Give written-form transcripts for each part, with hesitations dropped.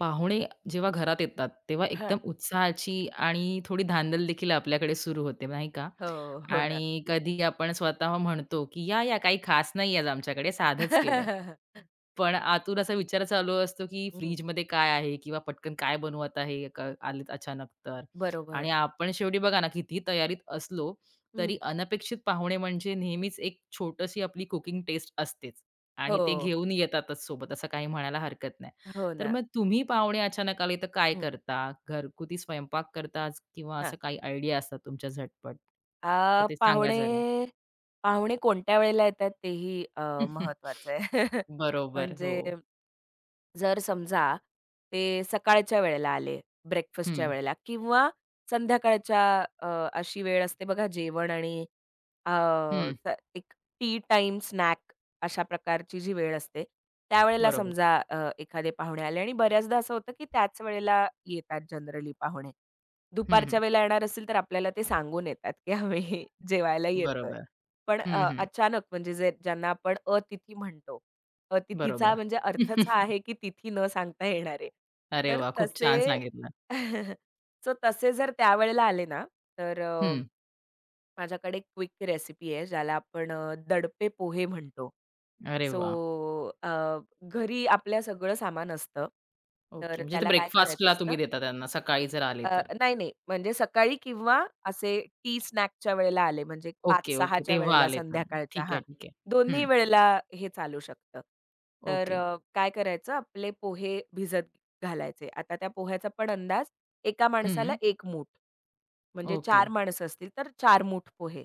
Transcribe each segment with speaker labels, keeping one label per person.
Speaker 1: पाहुणे जेव्हा घरात येतात, तेव्हा
Speaker 2: हां.
Speaker 1: एकदम उत्साहाची आणि थोडी धांदल देखील आपल्याकडे सुरू होते, नाही का?
Speaker 2: हो, हो ना.
Speaker 1: आणि कधी आपण स्वतः म्हणतो, की "या, या काही खास नाही आज आमच्याकडे, साधच केलंय." पण आतून असा विचार चालू असतो, की
Speaker 2: हं,
Speaker 1: फ्रिजमध्ये काय आहे किंवा पटकन काय बनवत आहे, क आलेत अचानक तर.
Speaker 2: बरोबर.
Speaker 1: आणि आपण शेवटी बघा ना, कितीही तयारीत असलो,
Speaker 2: हं.
Speaker 1: तरी अनपेक्षित पाहुणे म्हणजे नेहमीच एक छोटीशी आपली कुकिंग टेस्ट असतेच आणि ते
Speaker 2: हो,
Speaker 1: घेऊन येतातच सोबत, असं काही म्हणायला हरकत नाही.
Speaker 2: हो
Speaker 1: तर
Speaker 2: ना.
Speaker 1: मग तुम्ही पाहुणे अचानक आले तर काय
Speaker 2: हं,
Speaker 1: करता? घरगुती स्वयंपाक करता किंवा
Speaker 2: हां.
Speaker 1: असं काही आयडिया असतात तुमच्या झटपट?
Speaker 2: अ,
Speaker 1: तर ते सांगा
Speaker 2: पाहुणे
Speaker 1: जरा?
Speaker 2: पाहुणे कोणत्या वेळेला येतात तेही महत्वाचं आहे.
Speaker 1: बरोबर. हो.
Speaker 2: म्हणजे जर समजा ते सकाळच्या वेळेला आले,
Speaker 1: हं,
Speaker 2: ब्रेकफास्टच्या वेळेला किंवा संध्याकाळच्या अ, अशी वेळ असते बघा जेवण आणि अ,
Speaker 1: हं.
Speaker 2: त एक टी टाइम स्नॅक अशा प्रकारची जी वेळ असते, त्यावेळेला
Speaker 1: बरोबर.
Speaker 2: समजा अ, एखादे पाहुणे आले आणि बऱ्याचदा असं होतं, की त्याच वेळेला येतात जनरली पाहुणे.
Speaker 1: हं, हं.
Speaker 2: दुपारच्या वेळेला येणार असेल, तर आपल्याला ते सांगून येतात, की आम्ही जेवायला येतोय.
Speaker 1: बरोबर.
Speaker 2: पण
Speaker 1: हं,
Speaker 2: अ,
Speaker 1: हं.
Speaker 2: अचानक म्हणजे जे ज्यांना आपण अतिथी म्हणतो,
Speaker 1: बरोबर.
Speaker 2: तिथीचा म्हणजे अर्थच हा आहे, की तिथी न सांगता येणारे.
Speaker 1: अरे
Speaker 2: तर
Speaker 1: वाह! खूप छान
Speaker 2: तसे
Speaker 1: सांगितलं.
Speaker 2: सो तसे जर त्यावेळेला आले ना, तर
Speaker 1: हं.
Speaker 2: माझ्याकडे क्विक रेसिपी आहे, ज्याला आपण दडपे पोहे म्हणतो.
Speaker 1: अरे वाह!
Speaker 2: सो घरी आपल्या सगळं सामान असतं.
Speaker 1: ओके.
Speaker 2: तर
Speaker 1: म्हणजे ते
Speaker 2: त्याला काय करायचं
Speaker 1: ब्रेकफास्टला तुम्ही
Speaker 2: असतं
Speaker 1: देता त्यांना सकाळी जर आले
Speaker 2: अ,
Speaker 1: तर?
Speaker 2: नाही, नाही. म्हणजे सकाळी किंवा असे टी स्नॅकच्या वेळेला आले म्हणजे
Speaker 1: ओके, ओके.
Speaker 2: 5-6च्या
Speaker 1: तेव्हा
Speaker 2: वेळेला
Speaker 1: आले तर.
Speaker 2: संध्याकाळच्या
Speaker 1: ठीक
Speaker 2: हां.
Speaker 1: आहे, ठीक आहे.
Speaker 2: दोन्ही
Speaker 1: हं.
Speaker 2: वेळेला हे चालू शकतं. तर
Speaker 1: ओके.
Speaker 2: अ, काय करायचं आपले पोहे भिजत घालायचे. आता त्या पोह्याचा पण अंदाज एका माणसाला
Speaker 1: हं.
Speaker 2: एक मूठ. म्हणजे
Speaker 1: ओके,
Speaker 2: 4 माणसं असतील तर 4 मूठ पोहे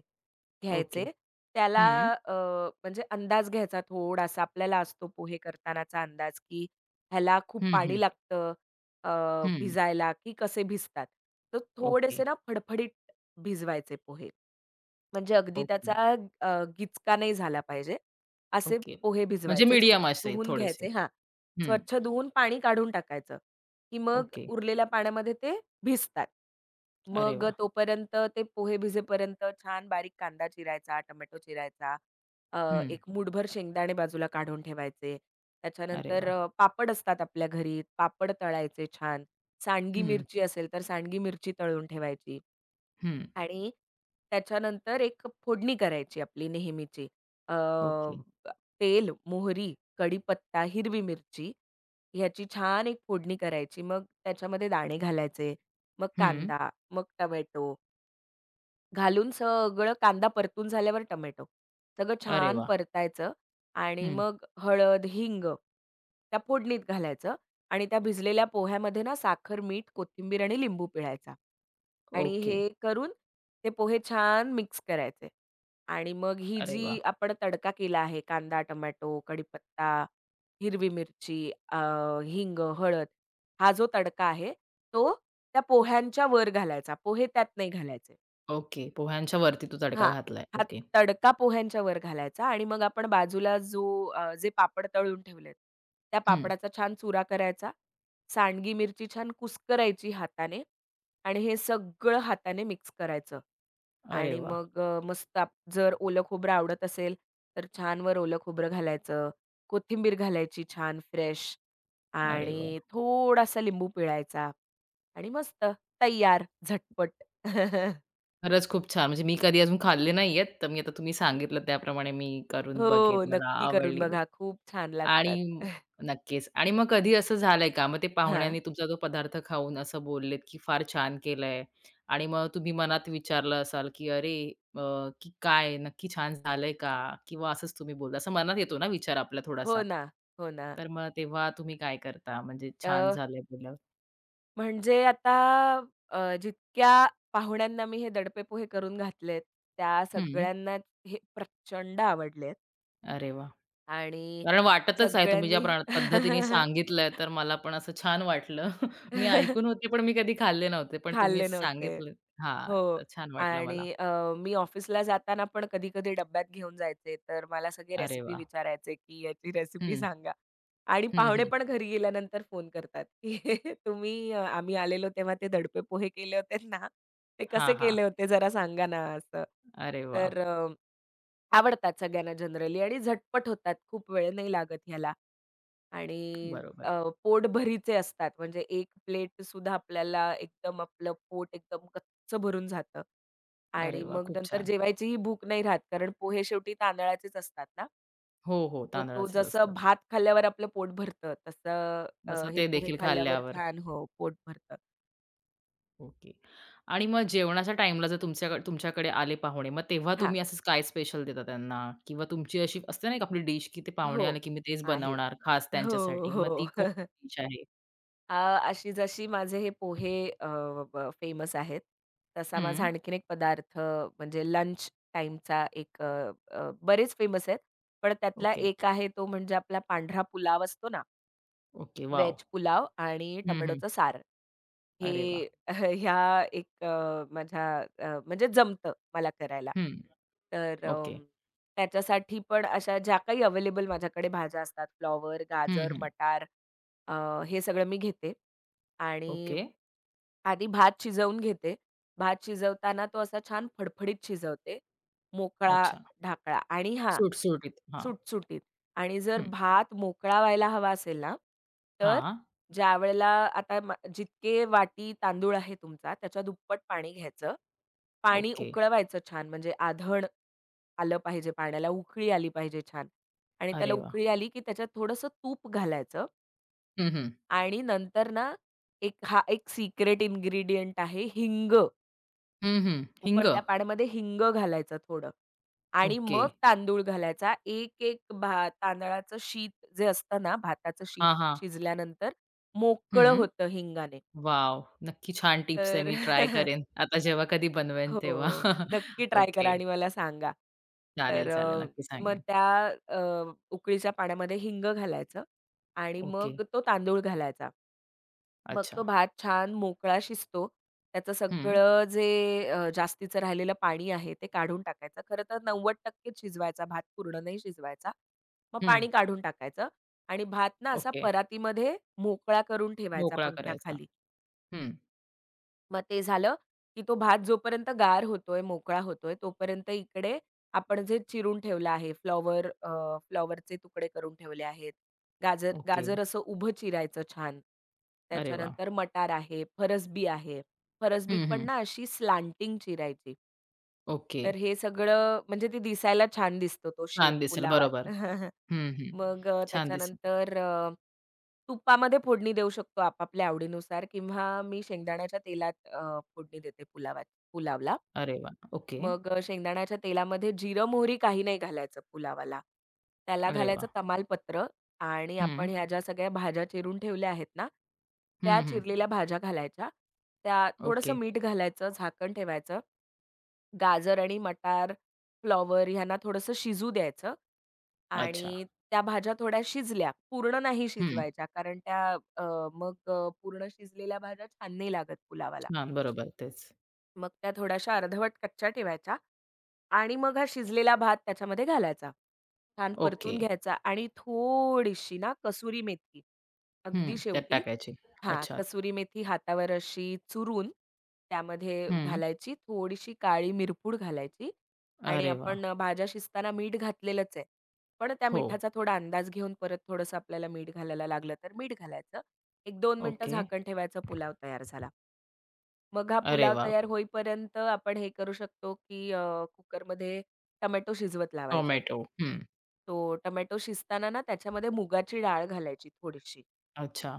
Speaker 1: ओके.
Speaker 2: घ्यायचे. त्याला
Speaker 1: हं.
Speaker 2: अ, म्हणजे अंदाज घ्यायचा थोडासा आपल्याला असतो पोहे करतानाचा अंदाज, की ह्याला खूप
Speaker 1: हं, हं.
Speaker 2: पाणी लागतं.
Speaker 1: हं.
Speaker 2: भिजायला, की कसे भिजतात. तर
Speaker 1: ओके,
Speaker 2: थोडेसे ना फडफडीत भिजवायचे पोहे. म्हणजे अगदी त्याचा
Speaker 1: ओके,
Speaker 2: अ, गिचका नाही झाला पाहिजे. असे
Speaker 1: ओके.
Speaker 2: पोहे
Speaker 1: म्हणजे
Speaker 2: भिजवायचे,
Speaker 1: मीडियम
Speaker 2: स्वच्छ
Speaker 1: असे
Speaker 2: धुवून
Speaker 1: थोडेसे.
Speaker 2: घ्यायचे हां.
Speaker 1: हं.
Speaker 2: स्वच्छ धुवून पाणी काढून टाकायचं, की मग
Speaker 1: ओके.
Speaker 2: उरलेल्या पाण्यामध्ये ते भिजतात.
Speaker 1: अरे
Speaker 2: मग
Speaker 1: वा.
Speaker 2: तोपर्यंत ते पोहे भिजेपर्यंत छान बारीक कांदा चिरायचा, टोमॅटो चिरायचा,
Speaker 1: हं.
Speaker 2: एक मूठभर शेंगदाणे बाजूला काढून ठेवायचे.
Speaker 1: अरे
Speaker 2: त्याच्यानंतर
Speaker 1: वाह!
Speaker 2: अ, पापड असतात आपल्या घरी, पापड तळायचे छान. सांडगी
Speaker 1: हं,
Speaker 2: मिरची असेल तर सांडगी मिरची तळून ठेवायची.
Speaker 1: हं.
Speaker 2: आणि त्याच्यानंतर एक फोडणी करायची आपली नेहमीची. अ,
Speaker 1: ओके.
Speaker 2: तेल, मोहरी, कढीपत्ता, हिरवी मिरची ह्याची छान एक फोडणी करायची. मग त्याच्यामध्ये दाणे घालायचे, मग
Speaker 1: हं.
Speaker 2: कांदा, मग टोमॅटो, घालून सगळं कांदा परतून झाल्यावर टोमॅटो. सगळं
Speaker 1: अरे
Speaker 2: छान
Speaker 1: वा.
Speaker 2: परतायचं आणि
Speaker 1: हं.
Speaker 2: मग हळद, हिंग त्या फोडणीत घालायचं आणि त्या भिजलेल्या पोह्यामध्ये ना साखर, मीठ, कोथिंबीर आणि लिंबू पिळायचा. आणि
Speaker 1: ओके.
Speaker 2: हे करून ते पोहे छान मिक्स करायचे. आणि मग ही
Speaker 1: अरे वा.
Speaker 2: जी आपण तडका केला आहे कांदा, टोमॅटो, कढीपत्ता, हिरवी मिरची, अ, हिंग, हळद हा जो तडका आहे तो त्या पोह्यांच्या वर घालायचा. पोहे त्यात नाही घालायचे.
Speaker 1: ओके. पोह्यांच्या वरती तू तडका
Speaker 2: हां.
Speaker 1: घातलाय.
Speaker 2: हा
Speaker 1: ओके.
Speaker 2: तडका पोह्यांच्या वर घालायचा आणि मग आपण बाजूला जे पापड तळून ठेवलेत, त्या
Speaker 1: हं.
Speaker 2: पापडाचा छान चुरा करायचा. सांडगी मिरची छान कुस्करायची हाताने आणि हे सगळं हाताने मिक्स करायचं
Speaker 1: अरे
Speaker 2: आणि
Speaker 1: वाह!
Speaker 2: मग मस्त आप जर ओलं खोबरं आवडत असेल, तर छान वर ओलं खोबरं घालायचं, कोथिंबीर घालायची छान फ्रेश
Speaker 1: अरे वाह!
Speaker 2: आणि थोडासा लिंबू पिळायचा आणि मस्त तय्यार झटपट.
Speaker 1: खरंच खूप छान. म्हणजे मी कधी अजून खाल्ले नाहीयेत. तर मी आता तुम्ही सांगितलं त्याप्रमाणे मी करून बघेन.
Speaker 2: हो,
Speaker 1: मला
Speaker 2: नक्की करून
Speaker 1: आवडली
Speaker 2: बघा. खूप छान लागतात.
Speaker 1: आणि नक्कीच. आणि मग कधी असं झालंय का? मग ते
Speaker 2: हां.
Speaker 1: पाहुण्यांनी तुमचा तो पदार्थ खाऊन असं बोललेत, की फार छान केलंय आणि मग तुम्ही मनात विचारलं असाल, की "अरे, अ, की काय नक्की छान झालंय का?" किंवा असंच तुम्ही बोलला, असं मनात येतो ना विचार आपला
Speaker 2: हो
Speaker 1: थोडासा.
Speaker 2: ना, हो ना.
Speaker 1: तर मग तेव्हा तुम्ही काय करता? म्हणजे छान
Speaker 2: अ,
Speaker 1: झालंय बोलल्यावर?
Speaker 2: म्हणजे आता जितक्या पाहुण्यांना मी हे दडपे पोहे करून घातलेत, त्या
Speaker 1: हं.
Speaker 2: सगळ्यांनाच हे प्रचंड आवडलेत
Speaker 1: अरे वाह!
Speaker 2: आणि
Speaker 1: कारण वाटतच आहे तुम्ही ज्या
Speaker 2: सगळ्यांनी
Speaker 1: प्र पद्धतीने सांगितलंय, तर मला पण असं छान वाटलं. मी ऐकून होते, पण मी कधी खाल्ले नव्हते. पण तुम्ही
Speaker 2: खाल्ले
Speaker 1: असं
Speaker 2: नव्हते.
Speaker 1: सांगितलं हां,
Speaker 2: हो.
Speaker 1: तर छान वाटलं मला.
Speaker 2: आणि मी ऑफिसला जाताना पण कधी-कधी डब्यात घेऊन जायचे. तर मला सगळे
Speaker 1: अरे
Speaker 2: रेसिपी
Speaker 1: वा,
Speaker 2: विचारायचे, की याची रेसिपी
Speaker 1: हं,
Speaker 2: सांगा. आणि
Speaker 1: हं,
Speaker 2: पाहुणे
Speaker 1: हं.
Speaker 2: पण घरी गेल्यानंतर फोन करतात, की आम्ही आलेलो तेव्हा ते दडपे पोहे केले होते ना, ते
Speaker 1: हां,
Speaker 2: कसे
Speaker 1: हां.
Speaker 2: केले होते जरा सांगा ना असं.
Speaker 1: अरे वाह!
Speaker 2: तर आवडतात सगळ्यांना जनरली आणि झटपट होतात. खूप वेळ नाही लागत ह्याला. आणि अ,
Speaker 1: बरोबर.
Speaker 2: पोटभरीचे असतात. म्हणजे एक प्लेटसुद्धा आपल्याला एकदम आपलं पोट एकदम गच्च भरून जातं.
Speaker 1: अरे
Speaker 2: आणि
Speaker 1: वा,
Speaker 2: मग
Speaker 1: खूप
Speaker 2: नंतर
Speaker 1: छान.
Speaker 2: जेवायचीही भूक नाही राहत. कारण पोहे शेवटी तांदळाचेच असतात ना.
Speaker 1: हो, हो.
Speaker 2: तो तो
Speaker 1: तांदळाचेच असतात.
Speaker 2: जसं भात खाल्ल्यावर आपलं पोट भरतं, तसं
Speaker 1: तसं
Speaker 2: हे
Speaker 1: ते
Speaker 2: पोहे
Speaker 1: देखील
Speaker 2: खाल्ल्यावर
Speaker 1: खाल्ल्यावर.
Speaker 2: छान हो, पोट भरतं.
Speaker 1: ओके. आणि मग जेवणाच्या टाईमला जर तुमच्याकडे तुमच्याकडे आले पाहुणे, मग तेव्हा
Speaker 2: हां.
Speaker 1: तुम्ही असं काय स्पेशल देता त्यांना? किंवा तुमची अशी असते ना एक आपली डिश, की ते पाहुणे
Speaker 2: हो.
Speaker 1: आले, की मी तेच
Speaker 2: आहे.
Speaker 1: बनवणार खास
Speaker 2: हो,
Speaker 1: त्यांच्यासाठी. मग ती
Speaker 2: हो.
Speaker 1: कोणती डिश आहे?
Speaker 2: अ, अशी जशी माझे हे पोहे फेमस आहेत, तसा माझा
Speaker 1: हं.
Speaker 2: आणखीन एक पदार्थ म्हणजे लंच टाईमचा एक अ, अ, बरेच फेमस आहेत. पण त्यातला
Speaker 1: ओके,
Speaker 2: एक आहे तो म्हणजे आपला पांढरा पुलाव असतो ना
Speaker 1: ओके. वॉव!
Speaker 2: व्हेज पुलाव आणि
Speaker 1: हं, हं.
Speaker 2: टोमॅटोचं सार. हे
Speaker 1: अरे वाह!
Speaker 2: ह्या एक माझ्या म्हणजे जमतं मला करायला.
Speaker 1: हं.
Speaker 2: तर
Speaker 1: ओके.
Speaker 2: अं, त्याच्यासाठी पण अशा ज्या काही अवेलेबल माझ्याकडे भाज्या असतात, फ्लॉवर,
Speaker 1: हं,
Speaker 2: गाजर,
Speaker 1: हं.
Speaker 2: मटार अ, हे सगळं मी घेते आणि
Speaker 1: ओके.
Speaker 2: आधी भात शिजवून घेते. भात शिजवताना तो असा छान फडफडीत शिजवते. मोकळा
Speaker 1: अच्छा.
Speaker 2: ढाकळा आणि हां,
Speaker 1: सुटसुटीत. हां.
Speaker 2: सुटसुटीत. आणि जर
Speaker 1: हं.
Speaker 2: भात मोकळा व्हायला हवा असेल ना, तर
Speaker 1: हां.
Speaker 2: ज्यावेळेला आता म जितके वाटी तांदूळ आहे तुमचा, त्याच्या दुप्पट पाणी घ्यायचं. पाणी
Speaker 1: ओके.
Speaker 2: उकळवायचं छान, म्हणजे आधण आलं पाहिजे पाण्याला, उकळी आली पाहिजे छान. आणि त्याला
Speaker 1: अरे वाह!
Speaker 2: उकळी आली, की त्याच्यात थोडंसं तूप घालायचं
Speaker 1: हं, हं.
Speaker 2: आणि नंतर ना, हा एक सिक्रेट इन्ग्रीडियंट आहे हिंग.
Speaker 1: हं, हं. हिंग?
Speaker 2: उकळत्या पाण्यामध्ये हिंग घालायचं थोडं आणि
Speaker 1: ओके.
Speaker 2: मग तांदूळ घालायचा. एक-एक तांदळाचं शीत जे असतं ना, भाताचं शीत
Speaker 1: हां, हां.
Speaker 2: शिजल्यानंतर मोकळं
Speaker 1: हं.
Speaker 2: होतं हिंगाने.
Speaker 1: वॉव! नक्की छान टिप्स आहे.
Speaker 2: तर
Speaker 1: मी ट्राय करेन. आता जेव्हा कधी बनवेन
Speaker 2: हो,
Speaker 1: तेव्हा.
Speaker 2: नक्की ट्राय
Speaker 1: ओके.
Speaker 2: करा आणि मला सांगा.
Speaker 1: चालेल,
Speaker 2: तर
Speaker 1: चालेल.
Speaker 2: अ,
Speaker 1: नक्की
Speaker 2: मग
Speaker 1: सांगेन.
Speaker 2: त्या अ, उकळीच्या पाण्यामध्ये हिंग घालायचं आणि
Speaker 1: ओके.
Speaker 2: मग तो तांदूळ घालायचा. मग
Speaker 1: अच्छा.
Speaker 2: तो भात छान मोकळा शिजतो. त्याचं
Speaker 1: हं.
Speaker 2: सगळं जे जास्तीचं राहिलेलं पाणी आहे ते काढून टाकायचं. खरं तर 90% शिजवायचा भात, पूर्ण नाही शिजवायचा. मग
Speaker 1: हं.
Speaker 2: पाणी काढून टाकायचं आणि भात ना असा
Speaker 1: ओके.
Speaker 2: परातीमध्ये मोकळा करून ठेवायचा
Speaker 1: मोकळा करायचा.
Speaker 2: पंख्याखाली.
Speaker 1: हं.
Speaker 2: मग ते झालं, की तो भात जोपर्यंत गार होतोय, मोकळा होतोय, तोपर्यंत इकडे आपण जे चिरून ठेवलं आहे फ्लॉवर. फ्लॉवरचे तुकडे करून ठेवले आहेत. गाजर
Speaker 1: ओके.
Speaker 2: गाजर असं उभं चिरायचं छान.
Speaker 1: अरे वाह!
Speaker 2: त्याच्यानंतर मटार आहे, फरसबी आहे. फरसबी
Speaker 1: हं,
Speaker 2: पण
Speaker 1: हं.
Speaker 2: ना अशी स्लांटिंग चिरायची.
Speaker 1: ओके.
Speaker 2: तर हे सगळं म्हणजे ते दिसायला छान दिसतो तो
Speaker 1: छान
Speaker 2: शेप
Speaker 1: दिसेल.
Speaker 2: पुलावात.
Speaker 1: बरोबर. हं, हं. छान दिसेल.
Speaker 2: त्याच्यानंतर तुपामध्ये फोडणी देऊ शकतो आपापल्या आवडीनुसार किंवा मी शेंगदाण्याच्या तेलात फोडणी देते पुलावला.
Speaker 1: अरे वाह! ओके.
Speaker 2: मग शेंगदाण्याच्या तेलामध्ये जिरं, मोहरी काही नाही घालायचं पुलावाला. त्याला
Speaker 1: अरे वाह!
Speaker 2: घालायचं तमालपत्र आणि
Speaker 1: हं.
Speaker 2: आपण ह्या ज्या सगळ्या भाज्या चिरून ठेवल्या आहेत ना, त्या
Speaker 1: हं, हं.
Speaker 2: चिरलेल्या भाज्या घालायच्या. त्या
Speaker 1: ओके.
Speaker 2: थोडंसं मीठ घालायचं, झाकण ठेवायचं. गाजर आणि मटार, फ्लॉवर ह्यांना थोडंसं शिजू द्यायचं
Speaker 1: अच्छा.
Speaker 2: आणि त्या भाज्या थोड्या शिजल्या, पूर्ण नाही
Speaker 1: हं.
Speaker 2: शिजवायच्या कारण त्या अ, मग अ, पूर्ण शिजलेल्या भाज्या छान नाही लागत पुलावाला.
Speaker 1: छान. बरोबर. तेच.
Speaker 2: मग त्या थोड्याशा अर्धवट कच्च्या ठेवायच्या. आणि मग हा शिजलेला भात त्याच्यामध्ये घालायचा. छान
Speaker 1: ओके.
Speaker 2: परतून घ्यायचा आणि थोडीशी ना कसुरी मेथी,
Speaker 1: हं.
Speaker 2: अगदी
Speaker 1: त्यात
Speaker 2: शेवटी
Speaker 1: टाकायचे.
Speaker 2: हां,
Speaker 1: अच्छा.
Speaker 2: कसुरी मेथी हातावर अशी चुरून त्यामध्ये
Speaker 1: हं.
Speaker 2: घालायची. थोडीशी काळी मिरपूड घालायची आणि
Speaker 1: अरे वाह!
Speaker 2: आपण भाज्या शिजताना मीठ घातलेलंच आहे. पण त्या
Speaker 1: हो.
Speaker 2: मिठाचा थोडा अंदाज घेऊन परत थोडंसं आपल्याला मीठ घालायला लागलं तर मीठ घालायचं. 1-2 मिनिटं
Speaker 1: ओके.
Speaker 2: झाकण ठेवायचं, पुलाव तयार झाला. मग हा
Speaker 1: अरे
Speaker 2: पुलाव
Speaker 1: वाह!
Speaker 2: तयार होईपर्यंत आपण हे करू शकतो, की कुकरमध्ये टोमॅटो शिजवत लावायचे.
Speaker 1: टोमॅटो. हं.
Speaker 2: तो टोमॅटो शिजताना ना त्याच्यामध्ये मुगाची डाळ घालायची थोडीशी
Speaker 1: अच्छा.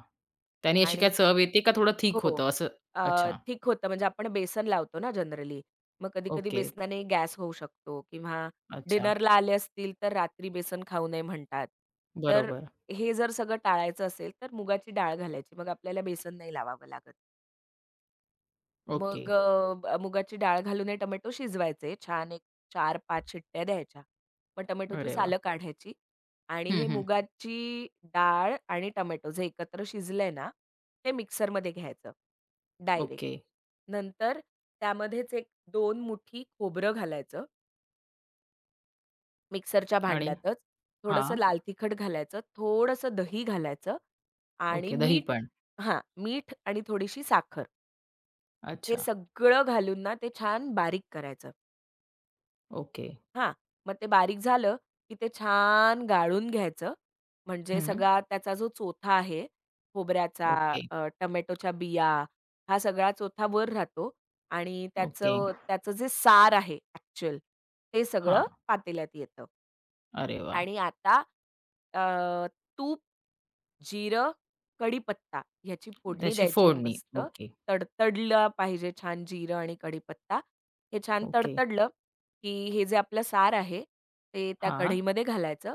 Speaker 1: त्यानी अशी
Speaker 2: आणि
Speaker 1: काय चव येते का थोडं थिक
Speaker 2: हो.
Speaker 1: होतं असं? अच्छा.
Speaker 2: थिक होतं म्हणजे आपण बेसन लावतो ना जनरली. मग कधी-कधी
Speaker 1: ओके.
Speaker 2: बेसनाने गॅस होऊ शकतो किंवा
Speaker 1: अच्छा.
Speaker 2: डिनरला आले असतील, तर रात्री बेसन खाऊ नये म्हणतात. तर
Speaker 1: बरोबर.
Speaker 2: हे जर सगळं टाळायचं असेल, तर मुगाची डाळ घालायची. मग आपल्याला बेसन नाही लावावं लागत.
Speaker 1: ओके.
Speaker 2: मग मुगाची डाळ घालून हे टोमॅटो शिजवायचे. छान एक 4-5 शिट्ट्या द्यायच्या. मग टोमॅटोची
Speaker 1: अरे वाह!
Speaker 2: सालं काढायची आणि
Speaker 1: हं,
Speaker 2: हे
Speaker 1: हं.
Speaker 2: मुगाची डाळ आणि टोमॅटो जे एकत्र शिजलंय ना, ते मिक्सरमध्ये घ्यायचं डायरेक्ट.
Speaker 1: ओके.
Speaker 2: नंतर त्यामध्येच एक दोन मुठी खोबरं घालायचं मिक्सरच्या
Speaker 1: आणि
Speaker 2: भांड्यातच. थोडंसं
Speaker 1: हां.
Speaker 2: लाल तिखट घालायचं, थोडंसं दही घालायचं आणि
Speaker 1: ओके. दही
Speaker 2: मीठ
Speaker 1: पण.
Speaker 2: हां, मीठ आणि थोडीशी साखर. हे
Speaker 1: अच्छा.
Speaker 2: सगळं घालून ना ते छान बारीक करायचं.
Speaker 1: ओके.
Speaker 2: हां. मग ते बारीक झालं, की ते छान गाळून घ्यायचं. म्हणजे
Speaker 1: हं.
Speaker 2: सगळा त्याचा जो चोथा आहे, खोबऱ्याचा,
Speaker 1: ओके.
Speaker 2: टोमॅटोच्या बिया, हा सगळा चोथा वर राहतो आणि
Speaker 1: ओके.
Speaker 2: त्याचं त्याचं जे सार आहे ॲक्चुअल, ते सगळं
Speaker 1: हां.
Speaker 2: पातेल्यात येतं.
Speaker 1: अरे वाह!
Speaker 2: आणि आता अ, तूप, जिरं, कढीपत्ता ह्याची फोडणी
Speaker 1: त्याची
Speaker 2: द्यायची
Speaker 1: फोडणी.
Speaker 2: मस्त.
Speaker 1: ओके.
Speaker 2: तडतडला पाहिजे छान जिरं आणि कढीपत्ता. हे छान
Speaker 1: ओके.
Speaker 2: तडतडलं, की हे जे आपलं सार आहे, ते त्या
Speaker 1: हां.
Speaker 2: कढईमध्ये घालायचं.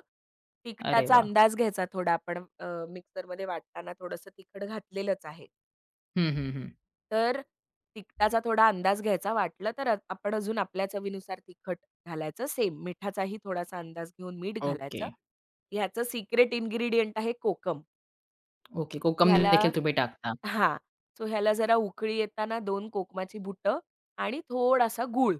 Speaker 1: अरे
Speaker 2: तिखटाचा
Speaker 1: वाह!
Speaker 2: अंदाज घ्यायचा थोडा आपण मिक्सरमध्ये वाटताना थोडंसं तिखट घातलेलंच आहे.
Speaker 1: हं, हं, हं.
Speaker 2: तर तिखटाचा थोडा अंदाज घ्यायचा. वाटलं तर आपण अजून आपल्या चवीनुसार तिखट घालायचं. सेम मिठाचाही थोडासा अंदाज घेऊन मीठ
Speaker 1: ओके.
Speaker 2: घालायचं. ह्याचं सिक्रेट इन्ग्रीडियंट आहे कोकम.
Speaker 1: ओके. कोकम
Speaker 2: ह्याला
Speaker 1: देखील तुम्ही टाकता.
Speaker 2: हां. सो ह्याला जरा उकळी येताना 2 कोकमाची बुटं आणि थोडासा गूळ.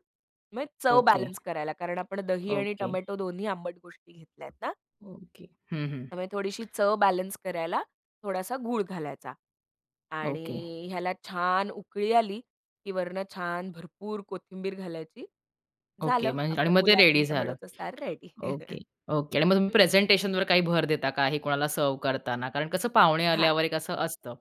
Speaker 2: मग चव
Speaker 1: ओके,
Speaker 2: बॅलन्स करायला. कारण आपण दही आणि
Speaker 1: ओके,
Speaker 2: टोमॅटो दोन्ही आंबट गोष्टी घेतल्यात ना.
Speaker 1: ओके. हं, हं.
Speaker 2: त्यामुळे थोडीशी चव बॅलन्स करायला थोडासा गूळ घालायचा.
Speaker 1: ओके,
Speaker 2: आणि ह्याला छान उकळी आली, की वरनं छान भरपूर कोथिंबीर घालायची.
Speaker 1: ओके.
Speaker 2: झालं
Speaker 1: म्हणजे आणि
Speaker 2: आपलं
Speaker 1: मग ते
Speaker 2: पुलाव
Speaker 1: रेडी
Speaker 2: आणि
Speaker 1: झालं.
Speaker 2: टोमॅटोचा सार रेडी.
Speaker 1: Okay, okay. आणि मग तुम्ही प्रेझेंटेशनवर काही भर देता का? हे कोणाला सर्व्ह करताना? कारण कसं पाहुणे
Speaker 2: हां,
Speaker 1: आल्यावर एक असं असतं.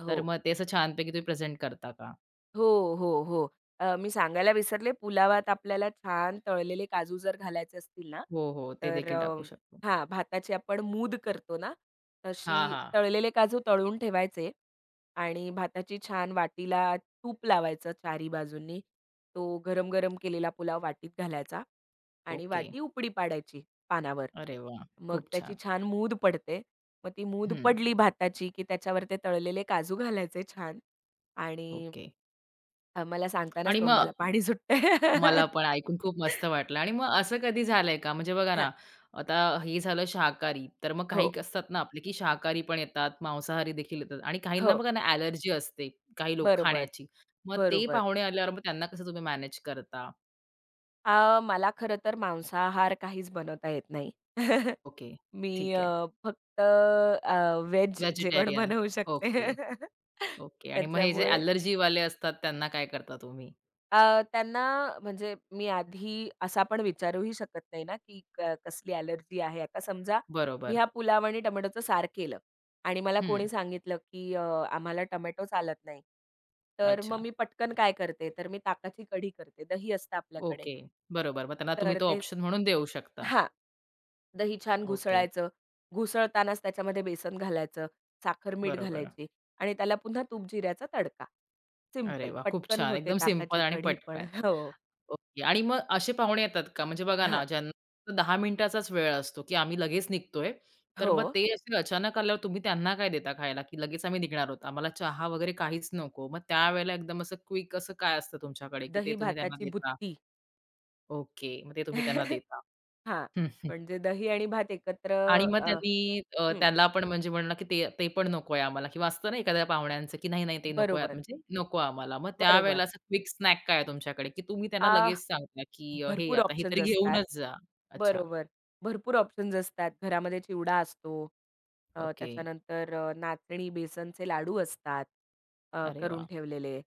Speaker 2: हो.
Speaker 1: तर मग ते असं छानपैकी तुम्ही प्रेझेंट करता का?
Speaker 2: हो, हो, हो. मी सांगायला विसरले पुलावात आपल्याला छान तळलेले काजू जर घालायचे असतील ना,
Speaker 1: हो, हो. ते
Speaker 2: तर
Speaker 1: देखील
Speaker 2: अ,
Speaker 1: टाकू शकतो.
Speaker 2: हां, भाताची आपण मूद करतो ना,
Speaker 1: हां,
Speaker 2: तशी
Speaker 1: हां.
Speaker 2: तळलेले काजू तळून ठेवायचे आणि भाताची छान वाटीला तूप लावायचं चारी बाजूंनी. तो गरम-गरम केलेला पुलाव वाटीत घालायचा आणि
Speaker 1: ओके.
Speaker 2: वाटी उपडी पाडायची पानावर.
Speaker 1: अरे वाह!
Speaker 2: मग
Speaker 1: खूप
Speaker 2: त्याची
Speaker 1: छान.
Speaker 2: छान मूद पडते. मग ती मूद
Speaker 1: हं.
Speaker 2: पडली भाताची, की त्याच्यावर ते तळलेले काजू घालायचे छान आणि
Speaker 1: ओके.
Speaker 2: हां, मला सांगतानाच
Speaker 1: आणि मग
Speaker 2: तोंडाला पाणी सुटतंय.
Speaker 1: मला पण ऐकून खूप मस्त वाटलं आणि मग असं कधी झालंय का? म्हणजे बघा
Speaker 2: हां,
Speaker 1: ना, आता हे झालं शाकाहारी. तर मग काही
Speaker 2: हो,
Speaker 1: असतात ना आपले, की शाकाहारी पण येतात, मांसाहारी देखील येतात आणि काहींना
Speaker 2: हो.
Speaker 1: बघा ना ॲलर्जी असते, काही लोक
Speaker 2: बरोबर,
Speaker 1: खाण्याची. मग ते
Speaker 2: बरोबर.
Speaker 1: पाहुणे आल्यावर मग त्यांना कसं तुम्ही मॅनेज करता?
Speaker 2: मला खरं तर मांसाहार काहीच बनवता येत नाही.
Speaker 1: ओके,
Speaker 2: मी
Speaker 1: ठीक आहे.
Speaker 2: फक्त व्हेज जेवण
Speaker 1: व्हेजिटेरियन.
Speaker 2: बनवू शकते.
Speaker 1: Okay, okay. आणि मग हे जे
Speaker 2: त्याच्यामुळे
Speaker 1: ॲलर्जीवाले असतात त्यांना काय करता तुम्ही?
Speaker 2: अ, त्यांना म्हणजे मी आधी असा पण विचारूही शकत नाही ना, की कसली ॲलर्जी आहे. आता समजा मी
Speaker 1: बरोबर.
Speaker 2: हा पुलाव आणि टोमॅटोचं सार केलं आणि मला
Speaker 1: हं.
Speaker 2: कोणी सांगितलं, की आम्हाला टोमॅटो चालत नाही. तर
Speaker 1: अच्छा.
Speaker 2: मग मी पटकन काय करते, तर मी ताकाची कढी करते. दही असतं आपल्याकडे.
Speaker 1: ओके. बरोबर. मग त्यांना तुम्ही
Speaker 2: तर
Speaker 1: तो
Speaker 2: ते
Speaker 1: ऑप्शन म्हणून देऊ शकता.
Speaker 2: हां. दही छान
Speaker 1: ओके.
Speaker 2: घुसळायचं. घुसळतानाच त्याच्यामध्ये बेसन घालायचं, साखर, मीठ
Speaker 1: बरोबर.
Speaker 2: घालायची. आणि त्याला पुन्हा तूप जिऱ्याचा तडका.
Speaker 1: अरे
Speaker 2: सिंपल
Speaker 1: वा, खूप
Speaker 2: पटकन
Speaker 1: छान.
Speaker 2: होते
Speaker 1: एकदम सिंपल
Speaker 2: ताकाची
Speaker 1: आणि
Speaker 2: कढी पण.
Speaker 1: पटकन.
Speaker 2: हो.
Speaker 1: ओके. आणि मग असे पाहुणे येतात का? म्हणजे बघा
Speaker 2: हां.
Speaker 1: ना, ज्यांना फक्त 10 मिनिटाचाच वेळ असतो, की आम्ही लगेच निघतोय. तर
Speaker 2: हो.
Speaker 1: मग ते असे अचानक आल्यावर तुम्ही त्यांना काय देता खायला, की लगेच आम्ही निघणार आहोत, आम्हाला चहा वगैरे काहीच नको? मग त्यावेळेला एकदम असं क्विक असं काय असतं तुमच्याकडे, की ते
Speaker 2: दही
Speaker 1: तुम्ही त्यांना
Speaker 2: भाताची
Speaker 1: देता?
Speaker 2: बुत्ती.
Speaker 1: ओके. मग ते तुम्ही त्यांना देता.
Speaker 2: हां. म्हणजे दही आणि भात एकत्र
Speaker 1: आणि मग
Speaker 2: अ,
Speaker 1: त्यांनी
Speaker 2: हं.
Speaker 1: त्याला पण म्हणजे म्हणलं, की "ते ते पण नकोय आम्हाला" किंवा असतं ना एखाद्या पाहुण्यांचं, की "नाही, नाही, ते नको आहेत,
Speaker 2: बरोबर,
Speaker 1: म्हणजे नको आम्हाला." मग त्यावेळेला
Speaker 2: बरोबर.
Speaker 1: असं क्विक स्नॅक काय आहे तुमच्याकडे, की तुम्ही त्यांना
Speaker 2: आह,
Speaker 1: लगेच सांगता, की "हे
Speaker 2: भरपूर
Speaker 1: आता हे तरी
Speaker 2: ऑप्शन्स असतात.
Speaker 1: घेऊनच जा." अच्छा.
Speaker 2: बरोबर. भरपूर ऑप्शन्स असतात. घरामध्ये चिवडा असतो.
Speaker 1: ओके.
Speaker 2: त्याच्यानंतर नाचणी, बेसनचे लाडू असतात
Speaker 1: अरे
Speaker 2: करून
Speaker 1: वाह!
Speaker 2: ठेवलेले.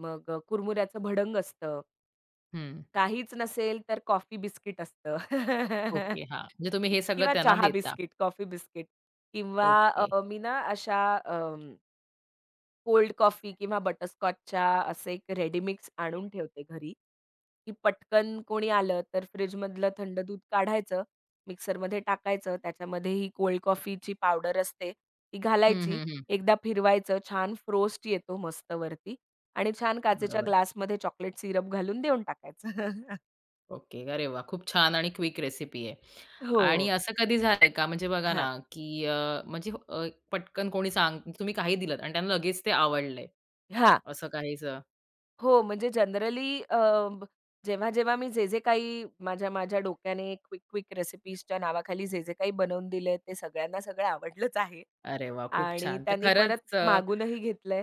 Speaker 2: मग कुरमुऱ्याचं भडंग असतं.
Speaker 1: हं.
Speaker 2: काहीच नसेल तर कॉफी बिस्किट असतं.
Speaker 1: ओके. हां. म्हणजे तुम्ही हे
Speaker 2: कि
Speaker 1: सगळं
Speaker 2: किंवा
Speaker 1: त्यांना
Speaker 2: चहा
Speaker 1: देता.
Speaker 2: बिस्किट, कॉफी बिस्किट किंवा
Speaker 1: ओके.
Speaker 2: अ, मी ना अशा कोल्ड कॉफी किंवा बटरस्कॉचच्या असे एक रेडी मिक्स आणून ठेवते घरी, की पटकन कोणी आलं तर फ्रिजमधलं थंड दूध काढायचं, मिक्सरमध्ये टाकायचं, त्याच्यामध्ये ही कोल्ड कॉफीची पावडर असते ती
Speaker 1: हं,
Speaker 2: घालायची,
Speaker 1: हं, हं.
Speaker 2: एकदा फिरवायचं, छान फ्रोस्ट येतो मस्त वरती आणि छान काचेच्या
Speaker 1: बरोबर.
Speaker 2: ग्लासमध्ये चॉकलेट सिरप घालून देऊन टाकायचं.
Speaker 1: ओके. अरे वाह! खूप छान आणि क्विक रेसिपी आहे.
Speaker 2: हो.
Speaker 1: आणि असं कधी झालंय का म्हणजे बघा ना,
Speaker 2: हां,
Speaker 1: की म्हणजे पटकन कोणी सांग तुम्ही काही दिलत आणि त्यांना लगेच ते आवडलंय.
Speaker 2: हां.
Speaker 1: असं काहीसं.
Speaker 2: हो, म्हणजे जनरली अ, ब जेव्हा-जेव्हा मी जे-जे काही माझ्या माझ्या डोक्याने क्विक-क्विक रेसिपीजच्या नावाखाली जे-जे काही बनवून दिलंय, ते सगळ्यांना सगळं आवडलंच आहे
Speaker 1: अरे वा, खूप
Speaker 2: आणि
Speaker 1: छान. तर
Speaker 2: त्यांनी परत
Speaker 1: खरंच
Speaker 2: मागूनही घेतलंय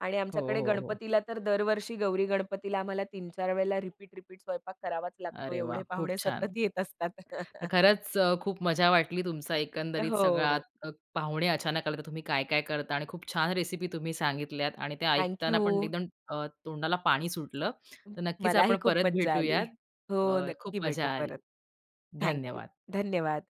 Speaker 2: आणि
Speaker 1: हो,
Speaker 2: आमच्याकडे
Speaker 1: हो, हो.
Speaker 2: गणपतीला तर दरवर्षी गौरी गणपतीला आम्हाला 3-4 वेळेला रिपीट-रिपीट स्वयंपाक करावाच लागतो.
Speaker 1: अरे वाह!
Speaker 2: एवढे
Speaker 1: खूप
Speaker 2: पाहुणे
Speaker 1: छान.
Speaker 2: सतत येत असतात.
Speaker 1: तर खरंच खूप मजा वाटली तुमचा एकंदरीत सगळा
Speaker 2: हो.
Speaker 1: अ, पाहुणे अचानक आले तर तुम्ही काय-काय करता आणि खूप छान रेसिपी तुम्ही सांगितल्यात आणि ते
Speaker 2: थँक
Speaker 1: ऐकताना
Speaker 2: यू.
Speaker 1: पण एकदम तोंडाला पाणी सुटलं. तर नक्कीच आपण
Speaker 2: मलाही खूप
Speaker 1: परत
Speaker 2: मज्जा आली.
Speaker 1: भेटूयात.
Speaker 2: हो, नक्की
Speaker 1: खूप मजा
Speaker 2: भेटू
Speaker 1: आली.
Speaker 2: परत. Thank you.
Speaker 1: धन्यवाद.
Speaker 2: धन्यवाद.